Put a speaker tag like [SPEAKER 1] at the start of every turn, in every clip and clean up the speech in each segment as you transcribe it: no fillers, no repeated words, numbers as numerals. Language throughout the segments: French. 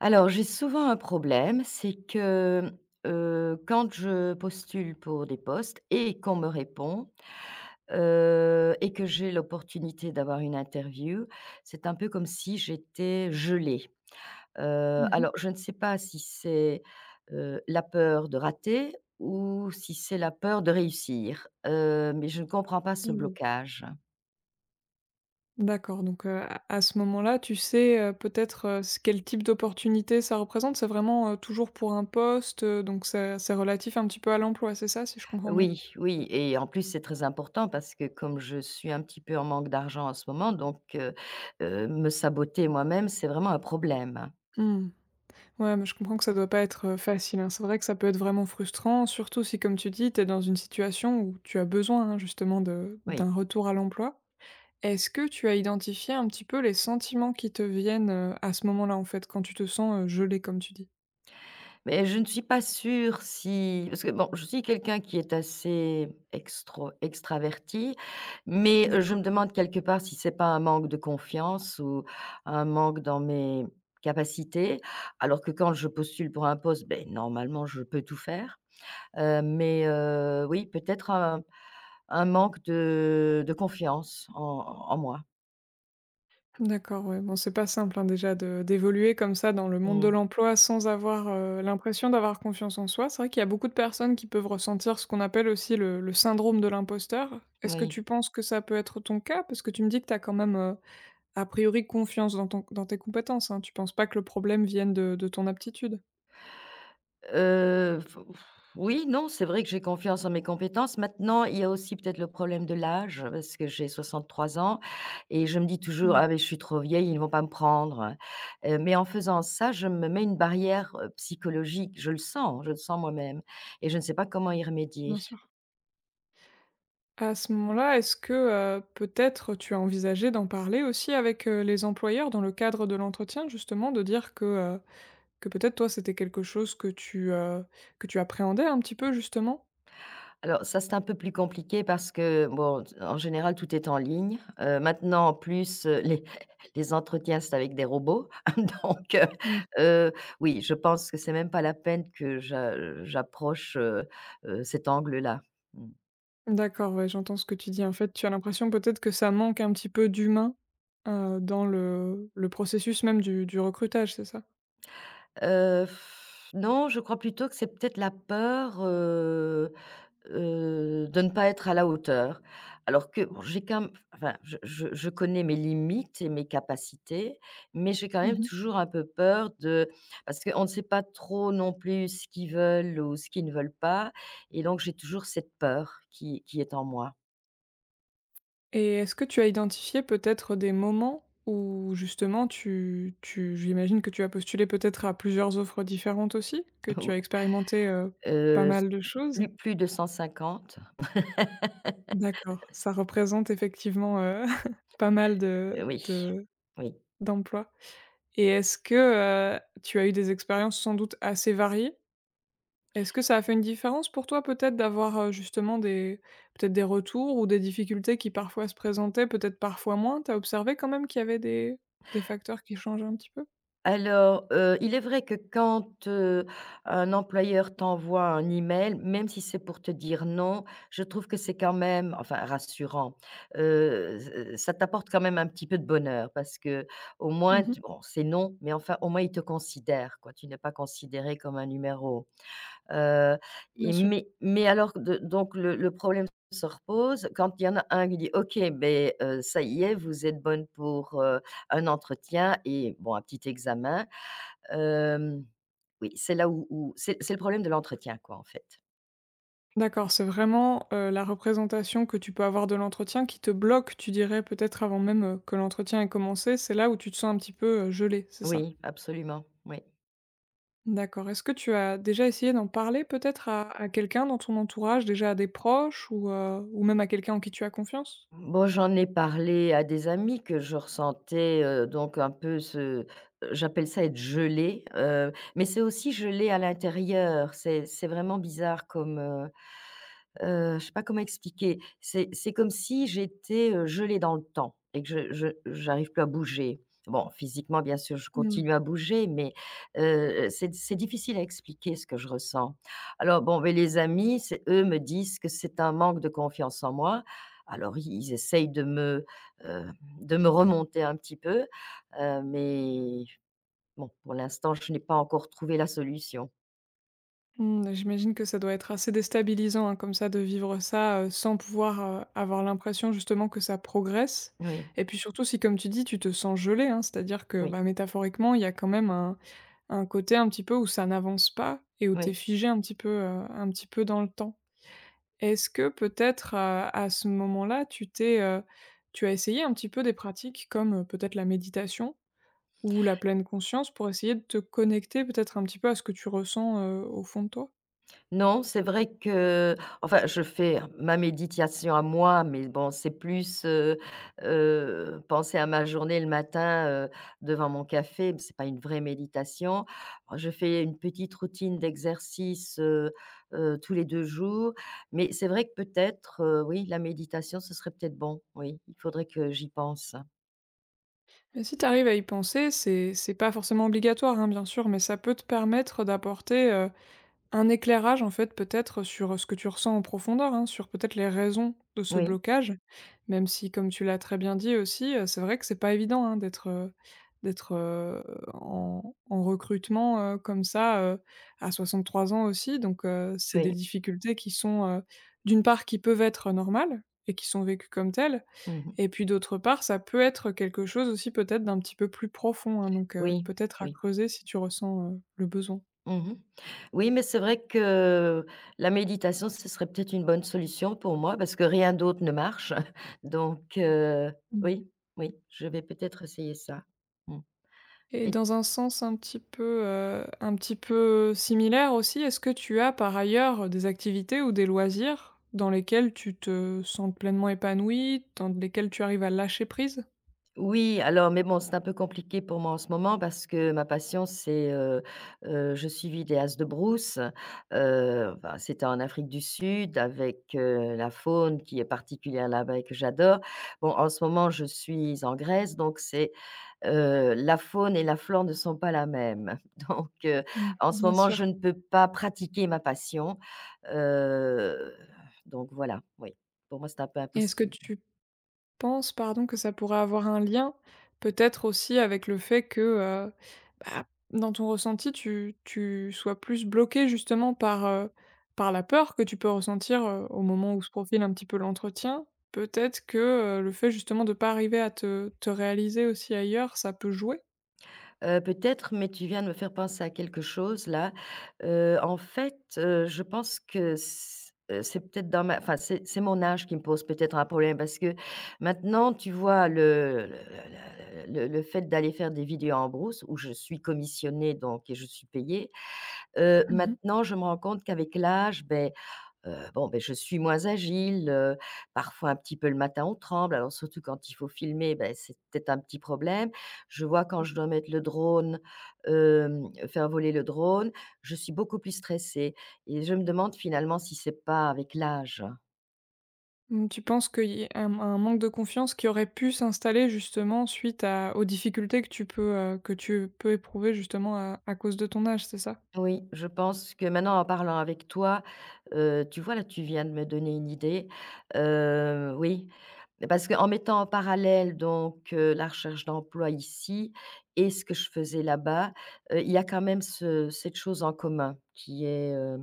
[SPEAKER 1] Alors, j'ai souvent un problème, c'est que, quand je postule pour des postes et qu'on me répond, et que j'ai l'opportunité d'avoir une interview, c'est un peu comme si j'étais gelée.
[SPEAKER 2] Mmh.
[SPEAKER 1] Alors je ne sais pas si c'est, la peur de rater ou si c'est la peur de réussir, mais je ne comprends pas ce
[SPEAKER 2] Je vois.
[SPEAKER 1] blocage.
[SPEAKER 2] D'accord, donc à ce moment-là, tu sais, peut-être, s quel type d'opportunité ça représente? C'est vraiment, toujours pour un poste, donc c'est relatif un petit peu à l'emploi, c'est ça, si je comprends bien?
[SPEAKER 1] Oui, oui, et en plus, c'est très important parce que comme je suis un petit peu en manque d'argent en ce moment, me saboter moi-même, c'est vraiment un problème, hein.
[SPEAKER 2] Mmh. Ouais, mais je comprends que ça doit pas être, facile, hein. C'est vrai que ça peut être vraiment frustrant, surtout si, comme tu dis, tu es dans une situation où tu as besoin, hein, justement de
[SPEAKER 1] Oui,
[SPEAKER 2] d'un retour à l'emploi. Est-ce que tu as identifié un petit peu les sentiments qui te viennent, à ce moment-là, en fait, quand tu te sens, gelée, comme tu dis?
[SPEAKER 1] mais je ne suis pas sûre si parce que bon, je suis quelqu'un qui est assez extro extraverti, mais je
[SPEAKER 2] D'accord.
[SPEAKER 1] me demande quelque part si c'est pas un manque de confiance ou un manque dans mes capacités. Alors que quand je postule pour un poste, ben normalement, je peux tout faire, oui, peut-être un manque de confiance en en moi.
[SPEAKER 2] D'accord, ouais. Bon, c'est pas simple, hein, déjà de d'évoluer comme ça dans le monde de
[SPEAKER 1] Mmh,
[SPEAKER 2] l'emploi sans avoir, l'impression d'avoir confiance en soi. C'est vrai qu'il y a beaucoup de personnes qui peuvent ressentir ce qu'on appelle aussi le syndrome de l'imposteur. Est-ce que
[SPEAKER 1] oui.
[SPEAKER 2] tu penses que ça peut être ton cas? Parce que tu me dis que tu as quand même, a priori confiance dans ton dans tes compétences, hein. Tu penses pas que le problème vienne de ton aptitude?
[SPEAKER 1] F Oui, non, c'est vrai que j'ai confiance en mes compétences. Maintenant, il y a aussi peut-être le problème de l'âge, parce que j'ai 63 ans et je me dis toujours:
[SPEAKER 2] Mmh,
[SPEAKER 1] «Ah, mais je suis trop vieille, ils ne vont pas me prendre». Mais en faisant ça, je me mets une barrière, psychologique. Je le sens moi-même et je ne sais pas comment y remédier.
[SPEAKER 2] bien sûr. À ce moment-là, est-ce que, peut-être tu as envisagé d'en parler aussi avec, les employeurs dans le cadre de l'entretien justement? De dire que, que peut-être toi, c'était quelque chose que tu appréhendais un petit peu justement?
[SPEAKER 1] Alors ça, c'est un peu plus compliqué parce que, bon, en général, tout est en ligne. Maintenant, en plus, les les entretiens, c'est avec des robots. Donc heu,
[SPEAKER 2] Mmh.
[SPEAKER 1] heu, oui, je pense que c'est même pas la peine que j'approche, cet angle-là. Mmh.
[SPEAKER 2] D'accord, ouais, j'entends ce que tu dis. En fait, tu as l'impression peut-être que ça manque un petit peu d'humain, dans le processus même du recrutage, c'est ça?
[SPEAKER 1] Heu, non, je crois plutôt que c'est peut-être la peur, de ne pas être à la hauteur. Alors que bon, j'ai quand même enfin, je connais mes limites et mes capacités, mais j'ai quand même
[SPEAKER 2] Mmh.
[SPEAKER 1] toujours un peu peur de parce qu'on ne sait pas trop non plus ce qu'ils veulent ou ce qu'ils ne veulent pas, et donc j'ai toujours cette peur qui est en moi.
[SPEAKER 2] Et est-ce que tu as identifié peut-être des moments où justement tu tu j'imagine que tu as postulé peut-être à plusieurs offres différentes aussi? Que tu
[SPEAKER 1] Ou
[SPEAKER 2] as expérimenté, pas mal de choses?
[SPEAKER 1] plus de 150.
[SPEAKER 2] D'accord, ça représente effectivement, pas mal de
[SPEAKER 1] Oui,
[SPEAKER 2] de
[SPEAKER 1] oui.
[SPEAKER 2] d'emplois. Et est-ce que, tu as eu des expériences sans doute assez variées? Est-ce que ça a fait une différence pour toi peut-être d'avoir, justement des peut-être des retours ou des difficultés qui parfois se présentaient, peut-être parfois moins? T'as observé quand même qu'il y avait des facteurs qui changeaient un petit peu?
[SPEAKER 1] Alors, il est vrai que quand, un employeur t'envoie un email, même si c'est pour te dire non, je trouve que c'est quand même enfin rassurant. Z ça t'apporte quand même un petit peu de bonheur parce que au moins
[SPEAKER 2] Mmh.
[SPEAKER 1] tu bon, c'est non, mais enfin au moins il te considère, quoi, tu n'es pas considéré comme un numéro. Heu
[SPEAKER 2] Bien
[SPEAKER 1] et
[SPEAKER 2] sûr.
[SPEAKER 1] mais alors de donc le problème se repose quand il y en a un qui dit: «OK, beh, ça y est, vous êtes bonne pour, un entretien et bon, un petit examen». Hem, oui, c'est là où c'est le problème de l'entretien quoi, en fait.
[SPEAKER 2] D'accord, c'est vraiment, la représentation que tu peux avoir de l'entretien qui te bloque, tu dirais peut-être avant même, que l'entretien ait commencé, c'est là où tu te sens un petit peu, gelée, c'est ça?
[SPEAKER 1] Oui, absolument, oui.
[SPEAKER 2] D'accord. Est-ce que tu as déjà essayé d'en parler peut-être à quelqu'un dans ton entourage, déjà à des proches ou même à quelqu'un en qui tu as confiance?
[SPEAKER 1] Bon, j'en ai parlé à des amis que je ressentais, donc un peu ce j'appelle ça être gelé, mais c'est aussi gelé à l'intérieur. C'est vraiment bizarre comme, je sais pas comment expliquer. C'est comme si j'étais, gelée dans le temps et que je j'arrive plus à bouger. Bon, physiquement, bien sûr, je
[SPEAKER 2] Mmh. Mmh.
[SPEAKER 1] continue à bouger, mais, c'est difficile à expliquer ce que je ressens. Alors bon, mais les amis, c'est eux me disent que c'est un manque de confiance en moi, alors ils essayent heu, de me remonter un petit peu, mais bon, pour l'instant, je n'ai pas encore trouvé la solution.
[SPEAKER 2] Mmh, j'imagine que ça doit être assez déstabilisant, hein, comme ça, de vivre ça, sans pouvoir, avoir l'impression justement que ça progresse.
[SPEAKER 1] Oui,
[SPEAKER 2] Et puis surtout si comme tu dis, tu te sens gelé, hein, c'est-à-dire que,
[SPEAKER 1] oui,
[SPEAKER 2] bah, métaphoriquement, il y a quand même un côté un petit peu où ça n'avance pas et où t'es
[SPEAKER 1] oui.
[SPEAKER 2] figé un petit peu dans le temps. Est-ce que peut-être, à ce moment-là, tu as essayé un petit peu des pratiques comme, peut-être la méditation ou la pleine conscience pour essayer de te connecter peut-être un petit peu à ce que tu ressens, au fond de toi?
[SPEAKER 1] Non, c'est vrai que enfin, je fais ma méditation à moi, mais bon, c'est plus, penser à ma journée le matin, devant mon café, c'est pas une vraie méditation. Bon, je fais une petite routine d'exercice, tous les 2 jours, mais c'est vrai que peut-être, oui, la méditation, ce serait peut-être bon, oui. Il faudrait que j'y pense.
[SPEAKER 2] Et si tu arrives à y penser, c'est pas forcément obligatoire, hein, bien sûr, mais ça peut te permettre d'apporter, un éclairage, en fait, peut-être, sur ce que tu ressens en profondeur, hein, sur peut-être les raisons de ce
[SPEAKER 1] Oui,
[SPEAKER 2] blocage. Même si, comme tu l'as très bien dit aussi, c'est vrai que c'est pas évident, hein, d'être, d'être, heu, en en recrutement, comme ça, à 3 ans aussi. Donc, c'est des
[SPEAKER 1] oui.
[SPEAKER 2] difficultés qui sont, d'une part, qui peuvent être normales et qui sont vécues comme telles.
[SPEAKER 1] Mmh.
[SPEAKER 2] Et puis d'autre part, ça peut être quelque chose aussi peut-être d'un petit peu plus profond, hein, donc
[SPEAKER 1] Oui,
[SPEAKER 2] peut-être à
[SPEAKER 1] oui.
[SPEAKER 2] creuser si tu ressens, le besoin.
[SPEAKER 1] Mmh. Oui, mais c'est vrai que la méditation, ce serait peut-être une bonne solution pour moi parce que rien d'autre ne marche. Donc heu,
[SPEAKER 2] Mmh.
[SPEAKER 1] oui, oui, je vais peut-être essayer ça. Mmh,
[SPEAKER 2] Et
[SPEAKER 1] et
[SPEAKER 2] dans un sens un petit peu similaire aussi, est-ce que tu as par ailleurs des activités ou des loisirs dans lesquels tu te sens pleinement épanouie, dans lesquels tu arrives à lâcher prise?
[SPEAKER 1] oui, alors mais bon, c'est un peu compliqué pour moi en ce moment parce que ma passion, c'est, je suis vidéaste de brousse. Enfin, c'était en Afrique du Sud avec, la faune qui est particulière là-bas et que j'adore. Bon, en ce moment, je suis en Grèce, donc c'est la faune et la flore ne sont pas la même. Donc heu,
[SPEAKER 2] Mmh.
[SPEAKER 1] en ce
[SPEAKER 2] Bien
[SPEAKER 1] moment, je
[SPEAKER 2] sûr.
[SPEAKER 1] ne peux pas pratiquer ma passion. Heu, donc voilà, oui. Pour moi, c'est un peu
[SPEAKER 2] Et est-ce que
[SPEAKER 1] impossible.
[SPEAKER 2] tu penses, pardon, que ça pourrait avoir un lien, peut-être aussi avec le fait que, bah, dans ton ressenti, tu tu sois plus bloqué justement par, par la peur que tu peux ressentir, au moment où se profile un petit peu l'entretien? Peut-être que, le fait justement de pas arriver à te réaliser aussi ailleurs, ça peut jouer?
[SPEAKER 1] Peut-être, mais tu viens de me faire penser à quelque chose là. Je pense que c'est peut-être dans ma enfin, c'est mon âge qui me pose peut-être un problème parce que maintenant, tu vois, le fait d'aller faire des vidéos en brousse où je suis commissionnée donc et je suis payée.
[SPEAKER 2] Mmh mh.
[SPEAKER 1] Maintenant, je me rends compte qu'avec l'âge, beh, bon, beh, je suis moins agile, parfois un petit peu le matin on tremble, alors surtout quand il faut filmer, beh, c'est peut-être un petit problème. Je vois quand
[SPEAKER 2] Ouais.
[SPEAKER 1] je dois mettre le drone, faire voler le drone, je suis beaucoup plus stressée et je me demande finalement si c'est pas avec l'âge.
[SPEAKER 2] Mmh, tu penses qu'il y a un manque de confiance qui aurait pu s'installer justement suite à aux difficultés que tu peux éprouver justement à cause de ton âge, c'est ça?
[SPEAKER 1] Oui, je pense que maintenant en parlant avec toi, tu vois là, tu viens de me donner une idée, oui, parce qu'en mettant en parallèle la recherche d'emploi ici et ce que je faisais là-bas, il y a quand même ce cette chose en commun qui est,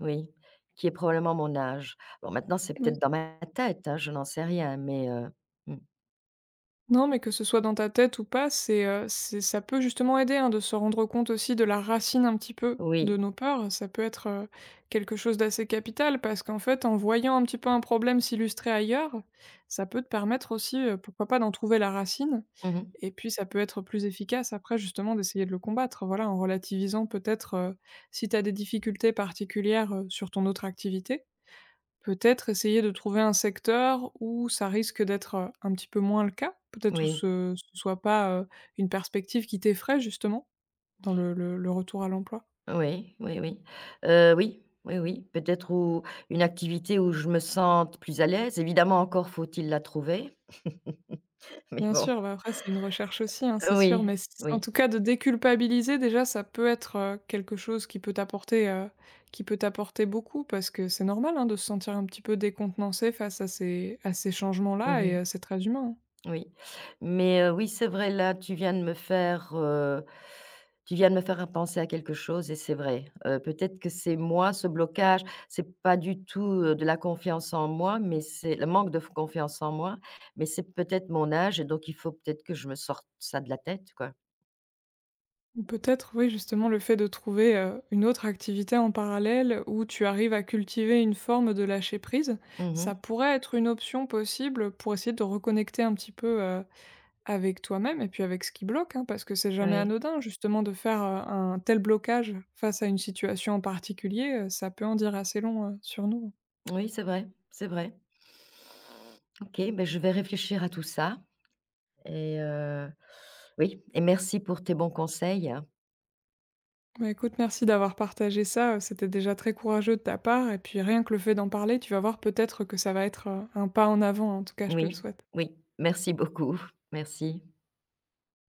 [SPEAKER 1] oui, qui est probablement mon âge. Bon, maintenant c'est
[SPEAKER 2] Mmh.
[SPEAKER 1] peut-être dans ma tête, hein, je n'en sais rien, mais mmh,
[SPEAKER 2] Non, mais que ce soit dans ta tête ou pas, c'est ça peut justement aider, hein, de se rendre compte aussi de la racine un petit peu de
[SPEAKER 1] oui.
[SPEAKER 2] nos peurs. Ça peut être, quelque chose d'assez capital parce qu'en fait, en voyant un petit peu un problème s'illustrer ailleurs, ça peut te permettre aussi, pourquoi pas d'en trouver la racine
[SPEAKER 1] Mmh,
[SPEAKER 2] et puis ça peut être plus efficace après justement d'essayer de le combattre, voilà, en relativisant peut-être, si tu as des difficultés particulières, sur ton autre activité. Peut-être essayer de trouver un secteur où ça risque d'être, un petit peu moins le cas? Peut-être où
[SPEAKER 1] oui.
[SPEAKER 2] ce soit pas, une perspective qui t'effraie justement dans le retour à l'emploi?
[SPEAKER 1] Oui, oui, oui. Oui, oui, oui, peut-être ou une activité où je me sente plus à l'aise. Évidemment, encore faut-il la trouver, mais
[SPEAKER 2] Bien
[SPEAKER 1] bon.
[SPEAKER 2] sûr, bah, après c'est une recherche aussi, hein, c'est sûr,
[SPEAKER 1] Oui,
[SPEAKER 2] mais c en tout
[SPEAKER 1] oui.
[SPEAKER 2] cas de déculpabiliser déjà ça peut être, quelque chose qui peut t'apporter beaucoup parce que c'est normal, hein, de se sentir un petit peu décontenancé face à ces
[SPEAKER 1] Mmh
[SPEAKER 2] changements-là et
[SPEAKER 1] mh.
[SPEAKER 2] c'est très humain, hein.
[SPEAKER 1] Oui, mais oui, c'est vrai, là, tu viens de me faire, tu viens de me faire penser à quelque chose et c'est vrai. Peut-être que c'est moi, ce blocage, c'est pas du tout, de la confiance en moi, mais c'est le manque de f confiance en moi, mais c'est peut-être mon âge et donc il faut peut-être que je me sorte ça de la tête, quoi.
[SPEAKER 2] Ou peut-être, oui, justement, le fait de trouver, une autre activité en parallèle où tu arrives à cultiver une forme de lâcher prise,
[SPEAKER 1] Mmh
[SPEAKER 2] ça
[SPEAKER 1] mh.
[SPEAKER 2] pourrait être une option possible pour essayer de te reconnecter un petit peu, avec toi-même et puis avec ce qui bloque, hein. Parce que c'est jamais
[SPEAKER 1] Oui.
[SPEAKER 2] anodin justement de faire, un tel blocage face à une situation en particulier, ça peut en dire assez long, sur nous.
[SPEAKER 1] Oui, c'est vrai, c'est vrai. OK, ben, je vais réfléchir à tout ça et oui, et merci pour tes bons conseils.
[SPEAKER 2] Bah, écoute, merci d'avoir partagé ça, c'était déjà très courageux de ta part et puis rien que le fait d'en parler, tu vas voir peut-être que ça va être, un pas en avant, en tout cas je te le
[SPEAKER 1] Oui,
[SPEAKER 2] souhaite.
[SPEAKER 1] oui, merci beaucoup, merci.